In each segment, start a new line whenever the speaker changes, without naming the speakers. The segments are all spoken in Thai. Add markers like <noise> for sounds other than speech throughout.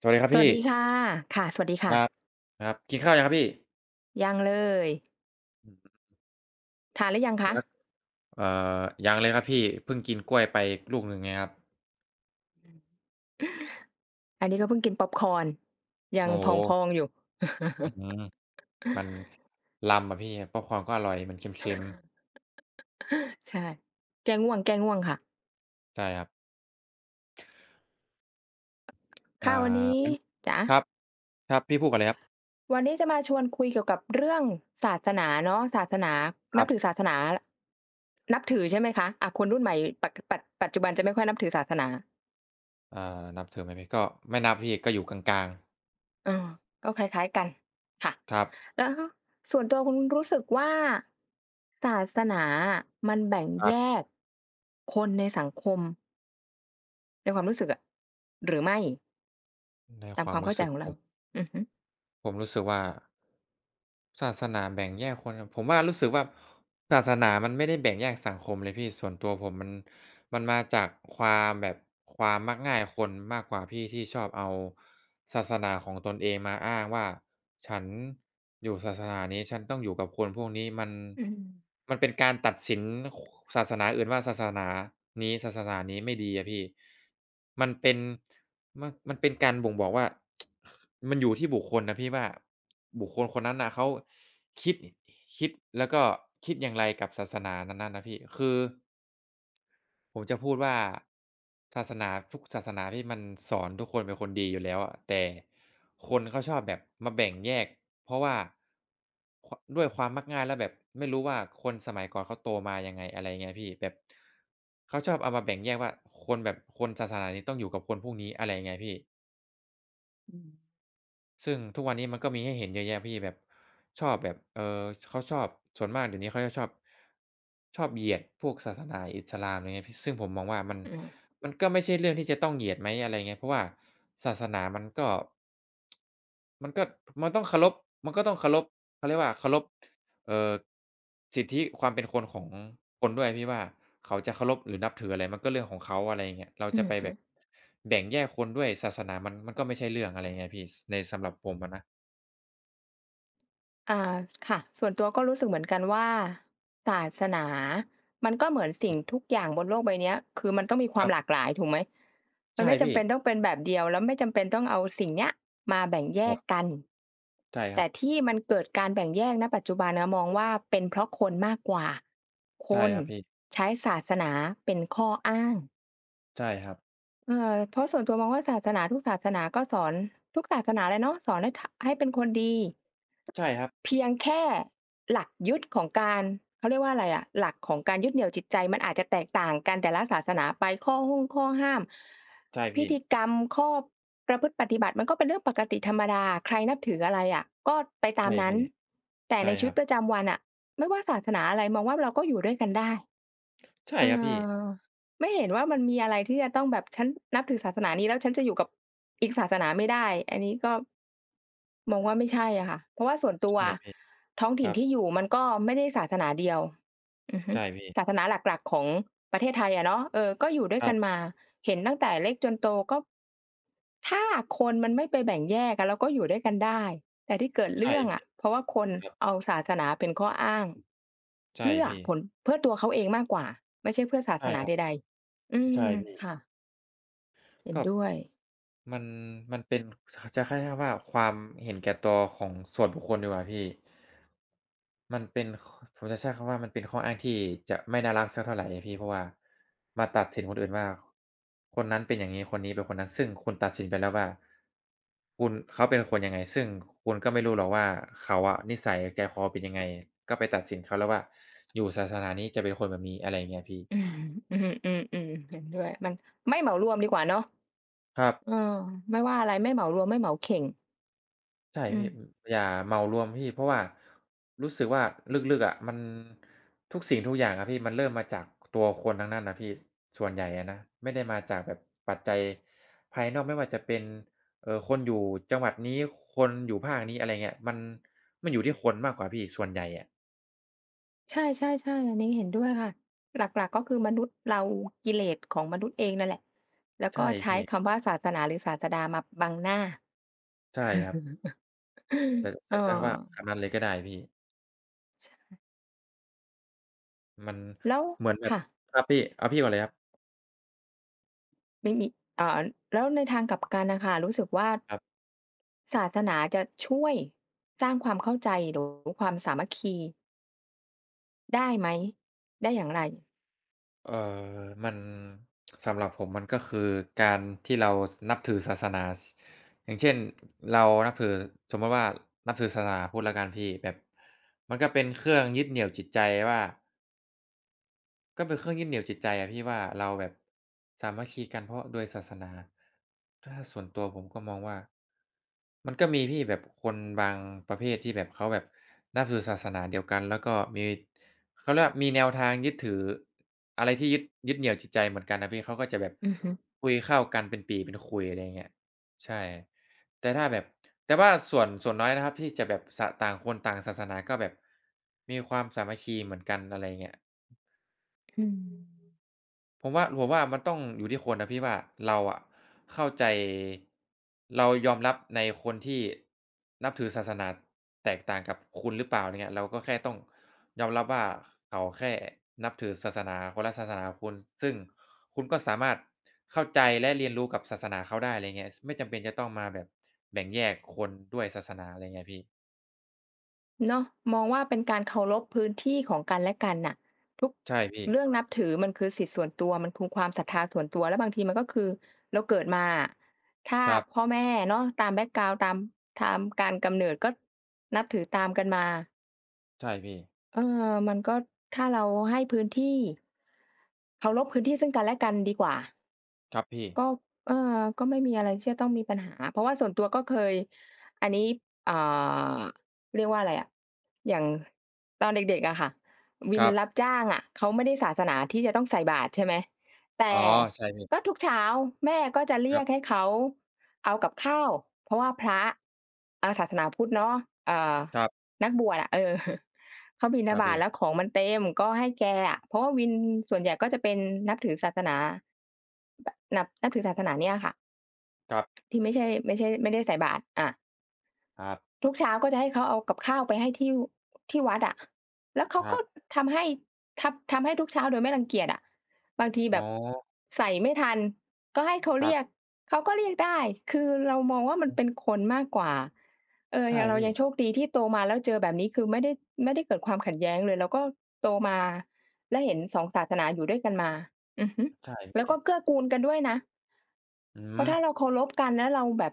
สวัสดีครับ
สวัส
พี่
ดีค่ะค่ะสวัสดี
ค
ค่ะ
รับครับกินข้าวยังครับพี่
ยังเลย
อือ
ทานหรือยังคะ
แล้วยังเลยครับพี่เพิ่งกินกล้วยไปลูกหนึ่งไงครับ
อันนี้ก็เพิ่งกินพ็อปคอร์นยั
โอ้โ
งพอง
ฮ
ๆอยู่ <laughs>
อืมมันล้ำอะพี่ป๊อปคอร์นก็อร่อยมันเค็มๆ
ใช่ แก้ง่วงแก้ง่วงค่ะ
ใช่ครับอ่า
ค่ะวันนี้
งั้น
จ๋า
ครับครับพี่พูดก่อนเลยครับ
วันนี้จะมาชวนคุยเกี่ยวกับเรื่องศาสนาเนาะศาสนา
ครั
นับถื
บ
อศาสนานับถือใช่ไหมคะคนรุ่นใหม่ปัจจุบันจะไม่ค่อยนับถือศาสนา
อ่านับถือไหมพี่ก็ไม่นับพี่ก็อยู่กลางๆ
อาก็คล้ายๆกันค่ะ
ครับ
แล้วส่วนตัวคุณรู้สึกว่าศาสนาอะมันแบ่ง
ครั
แย
บ
กคนในสังคมในความรู้สึกอะหรือไม่
ใน
ตา
ค
ม
วา
ค
ม
วาม
รู้
เข้าใจ
สึก
ของ
ผ
เรา
ม
อือฮึ
ผมรู้สึกว่าศาสนาแบ่งแยกคนผมว่ารู้สึกว่าศาสนามันไม่ได้แบ่งแยกสังคมเลยพี่ส่วนตัวผมมันมาจากความแบบความมักง่ายคนมากกว่าพี่ที่ชอบเอาศาสนาของตนเองมาอ้างว่าฉันอยู่ศาสนานี้ฉันต้องอยู่กับคนพวกนี้มัน
อืม
มันเป็นการตัดสินคศาสนาอื่นว่าศาสนานี้ศาสนานี้ไม่ดีอะพี่มันเป็น มันเป็นการบ่งบอกว่า <tsk> มันอยู่ที่บุคคลนะพี่ว่าบุคคลคนนั้นน่ะเขาคิดคิดแล้วก็คิดอย่างไรกับศาสนานั้นๆนะพี่คือผมจะพูดว่าศาสนาทุกศาสนาพี่มันสอนทุกคนเป็นคนดีอยู่แล้วอะแต่คนเขาชอบแบบมาแบ่งแยกเพราะว่าขด้วยความมักง่ายแล้วแบบไม่รู้ว่าคนสมัยก่อนเขาโตมายังไงอะไรเงี้ยพี่แบบเขาชอบเอามาแบ่งแยกว่าคนแบบคนศาสนานี้ต้องอยู่กับคนพวกนี้อะไรเงี้ยพี่
อืม
ซึ่งทุกวันนี้มันก็มีให้เห็นเยอะแยะพี่แบบชอบแบบเออเขาชอบส่วนมากเดี๋ยวนี้เขาจะชอบเหยียดพวกศาสนาอิสลามอะไรเงี้ยพี่ซึ่งผมมองว่ามัน
อืม
มันก็ไม่ใช่เรื่องที่จะต้องเหยียดไหมอะไรเงี้ยเพราะว่าศาสนามันก็มันต้องเคารพมันก็ต้องเคารพเขาเรียกว่าเคารพเอ่อสิทธิความเป็นคนของคนด้วยพี่ว่าเขาจะเคารพหรือนับถืออะไรมันก็เรื่องของเขาอะไรอย่างเงี้ยเรา
อื
จะ
อ
ไปแบ
ฮึ
บแบ่งแยกคนด้วยศาสนามันก็ไม่ใช่เรื่องอะไรเงี้ยพี่สในสำหรับผมอะนะ
อ่าค่ะส่วนตัวก็รู้สึกเหมือนกันว่าศาสนามันก็เหมือนสิ่งทุกอย่างบนโลกใบเนี้ยคือมันต้องมีควา
ก็
มหลากหลายถูกไหมมัน
ใช่
ไม่จำ
พี่
เป็นต้องเป็นแบบเดียวแล้วไม่จำเป็นต้องเอาสิ่งเนี้ยมาแบ่งแย
ค
ก
รับ
กัน
ใช่ครั
แต่
บ
ที่มันเกิดการแบ่งแยกณปัจจุบันนะมองว่าเป็นเพราะคนมากกว่าค
ใช่
น
ครับพี่
ใช้ศาสนาเป็นข้ออ้าง
ใช่ครับ
เพราะส่วนตัวมองว่าศาสนาทุกศาสนาก็สอนทุกศาสนาเลยเนาะสอนให้ทะให้เป็นคนดี
ใช่ครับ
เพียงแค่หลักยึดของการเขาเรียกว่าอะไรอะหลักของการยึดเหนี่ยวจิตใจมันอาจจะแตกต่างกันแต่ละศาสนาไปข้อห้งข้อห้าม
ใช่
พิ
พี่
ธีกรรมข้อประพฤติปฏิบัติมันก็เป็นเรื่องปกติธรรมดาใครนับถืออะไรอะก็ไปตา
ใช่
มนั้น
พี่
แต่
ใช่
ในชี
ค
วิ
รั
ต
บ
ประจำวันน่ะไม่ว่าศาสนาอะไรมองว่าเราก็อยู่ด้วยกันได้
ใช่
เ
ครับพี่
ออไม่เห็นว่ามันมีอะไรที่จะต้องแบบฉันนับถือศาสนานี้แล้วฉันจะอยู่กับอีกศาสนาไม่ได้ อันนี้ก็ มองว่าไม่ใช่อะค่ะเพราะว่าส่วนตัว
ใช่พี่
ท้อง
ค
ถิ่น
รับ
ที่อยู่มันก็ไม่ได้ศาสนาเดียวอือฮึ
ใช่
ศา
พี่
สนาหลักๆของประเทศไทยอะเนาะเออก็อยู่ด้ว
ค
ย
รั
กัน
บ
มาเห็นตั้งแต่เล็กจนโตก็ถ้าคนมันไม่ไปแบ่งแยกอะเราก็อยู่ด้วยกันได้แต่ที่เกิด
ใช่
เรื่อง
พี่
อะเพราะว่าคน
ครั
เอา
บ
ศาสนาเป็นข้ออ้าง
ใช่
เพื่อ
พี่
ผลเพื่อตัวเขาเองมากกว่าไม่ใช่เพื่อศา
ใช่
สนา
ครับ
ใดๆอื
ใช่
ม
พี่
ค่ะเห็น
ก็
ด้วย
มันเป็นจะคล้ายๆว่าความเห็นแก่ตัวของส่วนบุคคลดีกว่าพี่มันเป็นขผมจะใช้คำว่ามันเป็นข้ออ้างที่จะไม่น่ารักสักเท่าไรอะพี่เพราะว่ามาตัดสินคนอื่นว่าคนนั้นเป็นอย่างงี้คนนี้เป็นคนนั้นซึ่งคุณตัดสินไปแล้วว่าคุณเขาเป็นคนยังไงซึ่งคุณก็ไม่รู้หรอกว่าเขาอะนิสัยใจคอเป็นยังไงก็ไปตัดสินเขาแล้วว่าอยู่ศาสนานี้จะเป็นคนแบบนี้อะไรอย่างเงี้ยพี่
อืมอือๆๆเห็นด้วยมันไม่เหมารวมดีกว่าเนาะ
ครับ
เออไม่ว่าอะไรไม่เหมารวมไม่เหมาเข่ง
ใช่
อืม
พี่อืมอย่าเหมารวมพี่เพราะว่ารู้สึกว่าลึกๆอะมันทุกสิ่งทุกอย่างอะพี่มันเริ่มมาจากตัวคนทั้งนั้นน่ะพี่สส่วนใหญ่อะนะไม่ได้มาจากแบบปัจจัยภายนอกไม่ว่าจะเป็นคนอยู่จังหวัดนี้คนอยู่ภาคนี้อะไรเงี้ยมันอยู่ที่คนมากกว่าพี่ส่วนใหญ่อะ
ใช่ๆๆอันนี้เห็นด้วยค่ะหลักๆก็คือมนุษย์เรากิเลสของมนุษย์เองนั่นแหละแล้ว
ใช่
ก็ใช้
พี่
คำว่าศาสนาหรือศาสดามาบังหน้า
ใช่ครับ
<laughs>
แต่
เออ
ใช้คำว่าคำนั้นเลยก็ได้พี่มัน
แล้ว
เหมือนแบบ
ค่ะ
ครับพี่เอาพี่ก่อนเลยครับ
ไม่มีอ่าแล้วในทางกลับกันน่ะค่ะรู้สึกว่าศาสนาจะช่วยสร้างความเข้าใจหรือความสามัคคีได้ไหมได้อย่างไร
เอ่อมันสำหรับผมมันก็คือการที่เรานับถือศาสนาสอย่างเช่นเรานับถือสมมุติว่า นับถือศาสนาพุทธแล้วกันพี่แบบมันก็เป็นเครื่องยึดเหนี่ยวจิตใจว่า ก็เป็นเครื่องยึดเหนี่ยวจิตใจอะพี่ว่าเราแบบสามัคคีกันเพราะโดยศาสนาถ้าส่วนตัวผมก็มองว่ามันก็มีพี่แบบคนบางประเภทที่แบบเขาแบบนับถือศาสนาเดียวกันแล้วก็มีเขาเรียกว่ามีแนวทางยึดถืออะไรที่ยึดเหนี่ยวจิตใจเหมือนกันนะพี่เขาก็จะแบบ
อือฮึ
คุยเข้ากันเป็นปี่เป็นขุยอะไรอย่างเงี้ยใช่แต่ถ้าแบบแต่ว่าส่วนน้อยนะครับที่จะแบบสต่างคนต่างศาสนาก็แบบมีความสามัคคีเหมือนกันอะไรอย่างเงี้ย
อืม
ผมว่ามันต้องอยู่ที่คนนะพี่ว่าเราอะเข้าใจเรายอมรับในคนที่นับถือศาสนาแตกต่างกับคุณหรือเปล่าอย่างเงี้ยเราก็แค่ต้องยอมรับว่าเขาแค่นับถือศาสนาคนละศาสนากับคุณซึ่งคุณก็สามารถเข้าใจและเรียนรู้กับศาสนาเขาได้อะไรเงี้ยไม่จำเป็นจะต้องมาแบบแบ่งแยกคนด้วยศาสนาอะไรเงี้ยพี่
เนาะมองว่าเป็นการเคารพพื้นที่ของกันและกันน่ะทุก
ใช่พี่
เรื่องนับถือมันคือสิทธิส่วนตัวมันคือความศรัทธาส่วนตัวแล้วบางทีมันก็คือเราเกิดมาอะถ้า
ครับ
พ่อแม่เนาะตามแบ็กกราวนด์ตามตามการกำเนิดก็นับถือตามกันมา
ใช่พี่
เออมันก็ถ้าเราให้พื้นที่เคารพพื้นที่ซึ่งกันและกันดีกว่า
ครับพี่
ก็เออก็ไม่มีอะไรที่จะต้องมีปัญหา เพราะว่าส่วนตัวก็เคย อันนี้อ่าเรียกว่าอะไรอะอย่างตอนเด็กๆอะค่ะ วิ
ค
น
รับ
รับจ้างอะเขาไม่ได้ศาสนาที่จะต้องใส่บาตรใช่ไหม
อ๋
แต่
อใช่
ก็
พี่
ทุกเช้าแม่ก็จะ
ค
เรี
รั
ย
บ
กให้เขาเอากับข้าวเพราะว่าพระอาศาสนาพุทธเนาะเอ่อ
ครับ
นักบวชอะเออ <laughs> เขาบิณ
ค
ฑ
รับ
บาต
พี่
แล้วของมันเต็มก็ให้แกอะเพราะว่าวินส่วนใหญ่ก็จะเป็นนับถือศาสนาแบบนับถือศาสนาเนี่ยอะค่ะ
ครับ
ที่ไม่ใช่ไม่ได้ใส่บาตรอา
ครับ
ทุกเช้าก็จะให้เขาเอากับข้าวไปให้ที่วัดอะแล้วเขา
ครั
ก็
บ
ทำให้ทำให้ทุกเช้าโดยไม่รังเกียจอะบางที
อ๋
แบ
อ
บใส่ไม่ทันก็ให้เขา
ครั
เรียก
บ
เขาก็เรียกได้ คือเรามองว่ามั
อื
น
อ
เป็นคนมากกว่าเออ
ใช่
ยังเรา
พี่
ยังโชคดีที่โตมาแล้วเจอแบบนี้คือไม่ได้เกิดความขัดแย้งเลยแล้วก็โตมาและเห็นสองศาสนาอยู่ด้วยกันมาอือฮึ
ใช่
แล้
พี่
วก็เกื้อกูลกันด้วยนะ
อื
เพ
ม
ราะถ้าเราเคารพกันแล้วเราแบบ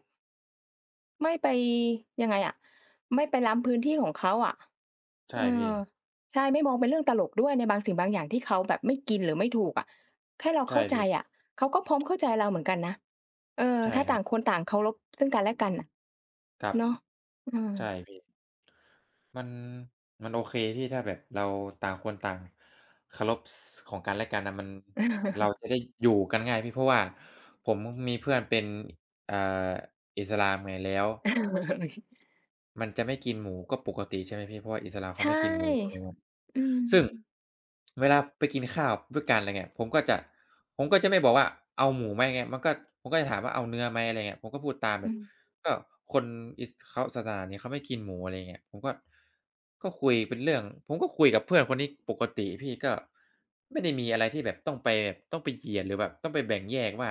ไม่ไปยังไงอะไม่ไปล้ำพื้นที่ของเขาอะเอ
ใช่พี่
อใช่ไม่มองเป็นเรื่องตลกด้วยในบางสิ่งบางอย่างที่เขาแบบไม่กินหรือไม่ถูกอะแค่เรา
ใช่
เข้าใจ
พี่
อะเขาก็พร้อมเข้าใจเราเหมือนกันนะเออ
ใช่
ถ้า
ครั
ต่า
บ
งคนต่างเคารพซึ่งกันและกันน่ะ
ครับ
เนาะเออ
ใช่พี่มันโอเคพี่ถ้าแบบเราต่างคนต่างเคารพสของกันและกันน่ะมันเราจะได้อยู่กันง่ายพี่เพราะว่าผมมีเพื่อนเป็นอ่าอิสลามไงแล้ว มันจะไม่กินหมูก็ปกติใช่ไหมพี่เพราะว่าอิสลาม
<laughs>
เขา
ใช่
ไม่กินหมูอะไรเงี้ย
อืม
ซึ่งเวลาไปกินข้าวด้วยกันอะไรเงี้ยผมก็จะไม่บอกว่าเอาหมูไหมเงี้ยมันก็ผมก็จะถามว่าเอาเนื้อไหมอะไรเงี้ยผมก็พูดตามแบ
อื
บ
ม
ก็คนอิสเขาศาสนานี้เขาไม่กินหมูอะไรอย่างเงี้ยผมก็ก็คุยเป็นเรื่องผมก็คุยกับเพื่อนคนนี้ปกติพี่ก็ไม่ได้มีอะไรที่แบบต้องไปแบบต้องไปเหยียดหรือแบบต้องไปแบ่งแยกว่า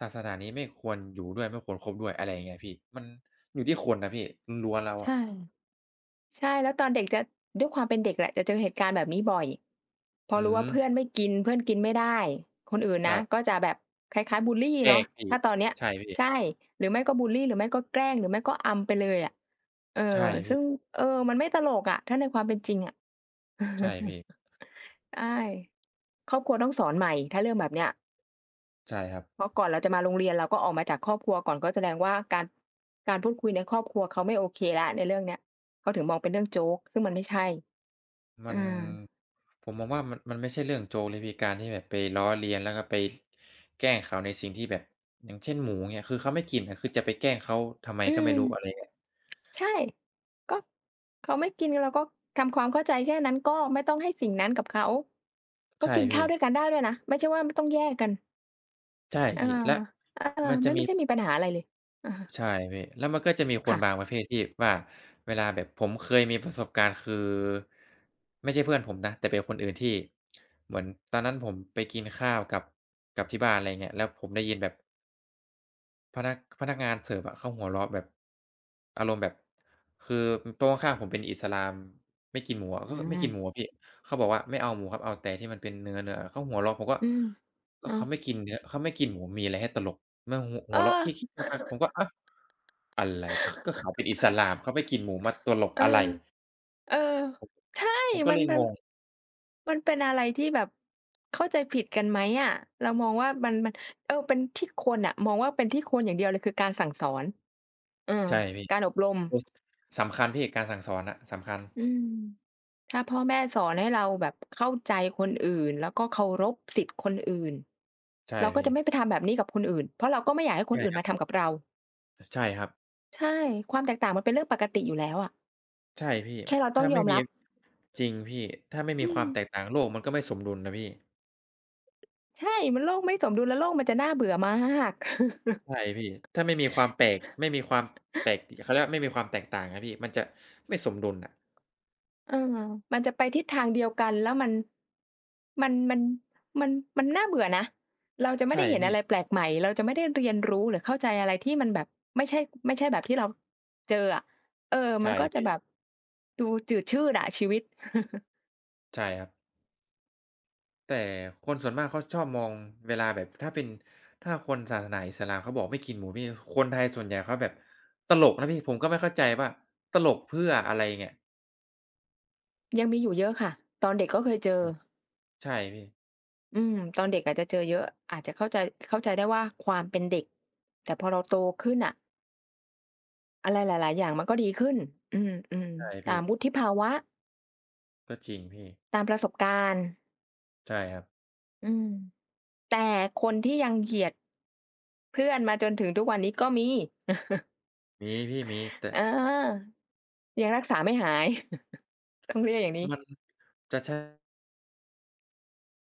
ศาสนานี้ไม่ควรอยู่ด้วยไม่ควรคบด้วยอะไรอย่างเงี้ยพี่มันอยู่ที่คนนะพี่ล้วนๆแล้วอะ
ใช่ ใช่แล้วตอนเด็กจะด้วยความเป็นเด็กแหละจะเจอเหตุการณ์แบบนี้บ่อยพอ
อื
รู้
ม
ว่าเพื่อนไม่กินเพื่อนกินไม่ได้คนอื่น
ค
นะ
รั
ก็
บ
จะแบบคล้ายๆบุลลี
แย
เนาะ
กพี่
ถ้าตอนเนี้ย
ใช่พี่
ใช่หรือไม่ก็บุลลีหรือไม่ก็แกล้งหรือไม่ก็อำไปเลยอะเออ
ใช่พี่
ซึ่งเออมันไม่ตลกอะถ้าในความเป็นจริงอะ
ใช่พี่
<laughs> ใช่ครอบครัวต้องสอนใหม่ถ้าเรื่องแบบเนี้ย
ใช่ครับ
เพราะก่อนเราจะมาโรงเรียนเราก็ออกมาจากครอบครัวก่อนก็แสดงว่าการการพูดคุยในครอบครัวเขาไม่โอเคแล้วในเรื่องเนี้ยเขาถึงมองเป็นเรื่องโจ๊กซึ่งมันไม่ใช่
มัน
อา
ผมมองว่ามันไม่ใช่เรื่องโจ๊กเลยพี่การที่แบบไปล้อเลียนแล้วก็ไปแกล้งเขาในสิ่งที่แบบอย่างเช่นหมูเงี้ยคือเขาไม่กินอะคือจะไปแกล้งเขาทำไม
อื
ก็ไม่
ม
รู้อะไรเงี้ย
ใช่ก็เขาไม่กินเราก็ทำความเข้าใจแค่นั้นก็ไม่ต้องให้สิ่งนั้นกับเขาก็
ใช่
กินข้า
พี่
วด้วยกันได้ด้วยนะไม่ใช่ว่าต้องแยกกัน
ใช่
เออ
พี่และ
เออ
มันจะ
ไม่
มี
ไม่ได้มีปัญหาอะไรเลยอะฮะ
ใช่พี่แล้วมันก็จะมีคน
ค่ะ
บางประเภทที่ว่าเวลาแบบผมเคยมีประสบการณ์คือไม่ใช่เพื่อนผมนะแต่เป็นคนอื่นที่เหมือนตอนนั้นผมไปกินข้าวกับที่บ้านอะไรเงี้ยแล้วผมได้ยินแบบ พนักงานเสิร์ฟอะเขาหัวเราะแบบอารมณ์แบบคือโต๊ะข้างๆผมเป็นอิสลามไม่กินหมูอะ
อื
ก็ไม่
ม
กินหมูอะพี่เขาบอกว่าไม่เอาหมูครับเอาแต่ที่มันเป็นเนื้อๆเขาหัวเราะผมก็
อืม
ก็
อ้าว
เขาไม่กินเนื้อเขาไม่กินหมูมีอะไรให้ตลกมาหัว
เอ
เราะคิก
อ
ๆงักๆผมก็อ้าวอะไรขก็เขาเป็น
<laughs>
อิสลามเขาไม่กินหมูมาตลก
เอ
อะไร
อเออใช่
ผมก็
มั
เล
น
ย
มั
ง
น
ง
มันเป็นอะไรที่แบบเข้าใจผิดกันไหมอะเรามองว่ามันเออเป็นที่คนน่ะมองว่าเป็นที่คนอย่างเดียวเลยคือการสั่งสอนเออ
ใช่พี่
การอบรม
โอ้สสำคัญพี่การสั่งสอนอะสำคัญ
อืมถ้าพ่อแม่สอนให้เราแบบเข้าใจคนอื่นแล้วก็เคารพสิทธิ์คนอื่น
ใช่
เราก็
พี่
จะไม่ไปทำแบบนี้กับคนอื่นเพราะเราก็ไม่อยากให้คน
ใช่
อื่
ค
น
รับ
มาทำกับเรา
ใช่ครับ
ใช่ความแตกต่างมันเป็นเรื่องปกติอยู่แล้วอะ
ใช่พี่
แค่เราต้อ
ถ้า
งย
ไม่
อม
มี
รับ
จริงพี่ถ้าไม่มี
อื
ความ
ม
แตกต่างโลกมันก็ไม่สมดุลนะพี่
ใช่มันโลกไม่สมดุลแล้วโลกมันจะน่าเบื่อมาก
ใช่พี่ถ้าไม่มีความแปลกไม่มีความแปลกเขาเรียกว่าไม่มีความแตกต่างอะพี่มันจะไม่สมดุลน่ะ
เออมันจะไปทิศทางเดียวกันแล้วมันมัน มัน มันน่าเบื่อนะ เราจะไม่
ใช่
ได้เห็น
พี่
อะไรแปลกใหม่ เราจะไม่ได้เรียนรู้หรือเข้าใจอะไรที่มันแบบไม่ใช่ไม่ใช่แบบที่เราเจออะเออมั
ใช่
นก็จะแบบ
พี่
ดูจืดชืดอะชีวิต
ใช่ครับแต่คนส่วนมากเขาชอบมองเวลาแบบถ้าเป็นถ้าคนศาสนาอิสลามเขาบอกไม่กินหมูพี่คนไทยส่วนใหญ่เขาแบบตลกนะพี่ผมก็ไม่เข้าใจว่าตลกเพื่ออะไรเงี้ย
<laughs> ยังมีอยู่เยอะค่ะตอนเด็กก็เคยเจอ
ใช่พี่
อืมตอนเด็กอาจจะเจอเยอะอาจจะเข้าใจได้ว่าความเป็นเด็ก แต่พอเราโตขึ้นน่ะ อะไรหลายๆอย่างมันก็ดีขึ้นอืม
ใช่
ๆตา
พี่
มวุฒิภาวะ
ก็จริงพี่
ตามประสบการณ์
ใช่ครับ
อืม แต่คนที่ยังเหยียดเพื่อนมาจนถึงทุกวันนี้ก็มี
มีพี่มีแต่
เออยังรักษาไม่หาย <laughs> ต้องเรียกอย่างนี้
มันจะใช่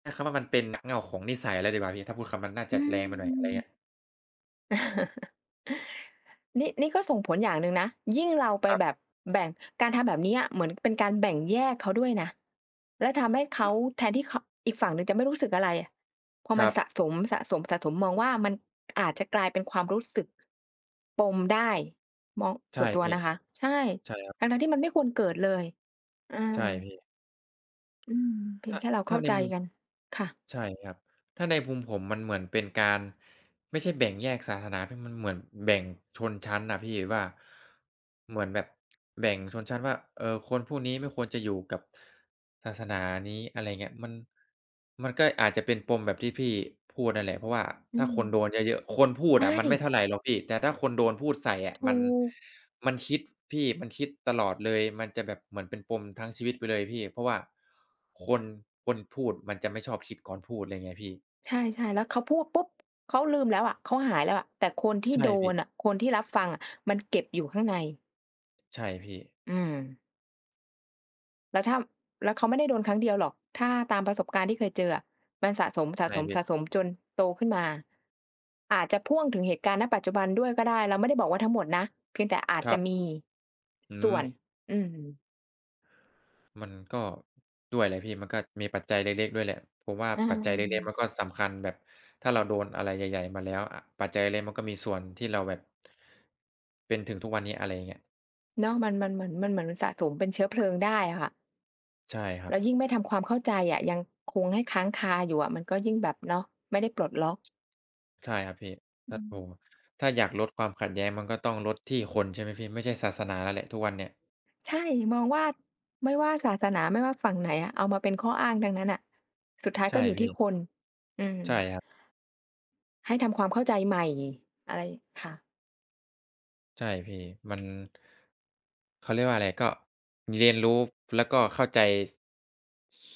ใช้คำว่ามันเป็นหนักเหง้าของนิสัยแล้วดีกว่าพี่ถ้าพูดคำนั้นน่าจะ
อื
แรงไปหน่อยอะไรเงี้ย
ม <laughs> นี่นี่ก็ส่งผลอย่างหนึ่งนะ ยิ่งเราไป
ครั
แบ
บ
บแบ่งการทำแบบเนี้ยเหมือนเป็นการแบ่งแยกเขาด้วยนะแล้วทำให้เขาแทนที่เขาอีกฝั่งหนึ่งจะไม่รู้สึกอะไรอะพอ
ค
มัน
รั
สะ
บ
สมๆๆมสะสมมองว่ามันอาจจะกลายเป็นความรู้สึกปมได้มอง
ใช่
ส่วนตัว
พี่
นะคะใช่
ใช่ครับ
ทั้งๆที่มันไม่ควรเกิดเลย อ
ใช่
า
พี่
อืม เพียง
ถ้า
แค่เราเข้า
ใน
ใจ
มุม
กันค่ะ
ใช่ครับถ้าในมุมผมมันเหมือนเป็นการ ไม่ใช่แบ่งแยกศาสนาพี่มันเหมือนแบ่งชนชั้นอะพี่ว่าเหมือนแบบแบ่งชนชั้นว่าเออคนพวกนี้ไม่ควรจะอยู่กับศาสนานี้อะไรเงี้ยมันก็อาจจะเป็นปมแบบที่พี่พูดนั่นแหละเพราะว่า
อื
ถ้า
ม
คนโดนเยอะๆคนพูด
ใช่
อะมันไม่เท่าไรหรอกพี่แต่ถ้าคนโดนพูดใส่อะมั
ถู
น
ก
มันคิดพี่มันคิดตลอดเลยมันจะแบบเหมือนเป็นปมทั้งชีวิตไปเลยพี่เพราะว่าคนพูดมันจะไม่ชอบคิดก่อนพูดอะไรเงี้ยพี่
ใช่ๆแล้วเขาพูดปุ๊บเขาลืมแล้วอะเขาหายแล้วอะแต่คนที่
ใช่
โดนอะ
พี่
คนที่รับฟังอะมันเก็บอยู่ข้างใน
ใช่พี่
อืมแล้วถ้าแล้วเขาไม่ได้โดนครั้งเดียวหรอก ถ้าตามประสบการณ์ที่เคยเจออะมันสะ
ใช่พี่
สมๆๆจนโตขึ้นมา อาจจะพ่วงถึงเหตุการณ์ณปัจจุบันด้วยก็ได้ เราไม่ได้บอกว่าทั้งหมดนะเพียงแต่อาจ
ครั
จะ
บ
มี
อืม
ส่วนอืม
มันก็ด้วยแหละพี่มันก็มีปัจจัยเล็กๆด้วยแหละผมว่า
อา
ปัจจัยเล็กๆมันก็สำคัญแบบถ้าเราโดนอะไรใหญ่ๆมาแล้วอะปัจจัยเล็กๆมันก็มีส่วนที่เราแบบเป็นถึงทุกวันนี้อะไรอย่างเงี้ย
เนาะมันเหมือนสะสมเป็นเชื้อเพลิงได้อะค่ะ
ใช่ครับ
แล้วยิ่งไม่ทำความเข้าใจอะยังคงให้ค้างคาอยู่อะมันก็ยิ่งแบบเนาะไม่ได้ปลดล็อก
ใช่ครับพี่
อื
ถ้า
ม
โอ้โฮถ้าอยากลดความขัดแย้งมันก็ต้องลดที่คนใช่ไหมพี่ไม่ใช่ศาสนาแล้วแหละทุกวันเนี่ย
ใช่มองว่าไม่ว่าศาสนาไม่ว่าฝั่งไหนอะเอามาเป็นข้ออ้างทั้งนั้นน่ะสุดท้าย
ใช่
ก็อยู่
พี่
ที่คนอืม
ใช่ครับ
ให้ทำความเข้าใจใหม่อะไรค่ะ
ใช่พี่มันเขาเรียกว่าอะไรก็เรียนรู้แล้วก็เข้าใจ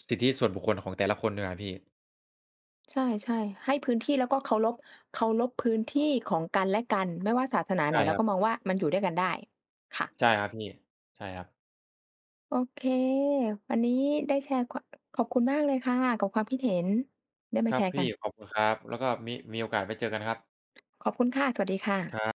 สิทธิส่วนบุคคลของแต่ละคนดีกว่าพี่
ใช่ๆให้พื้นที่แล้วก็เคารพเคารพพื้นที่ของกันและกันไม่ว่าศาสนาไห
ใช่
น
ค
เรา
รั
ก็ม
บ
องว่ามันอยู่ด้วยกันได้ค่ะ
ใช่ครับพี่ใช่ครับ
โอเค วันนี้ได้แชร์ขขอบคุณมากเลยค่ะกับความคิดเห็นได้
ค
มา
รั
แช
บ
ร์กั
พี่
น
ขอบคุณครับแล้วก็มีโอกาสไว้เจอกันครับ
ขอบคุณค่ะ สวัสดีค่ะ
ครับ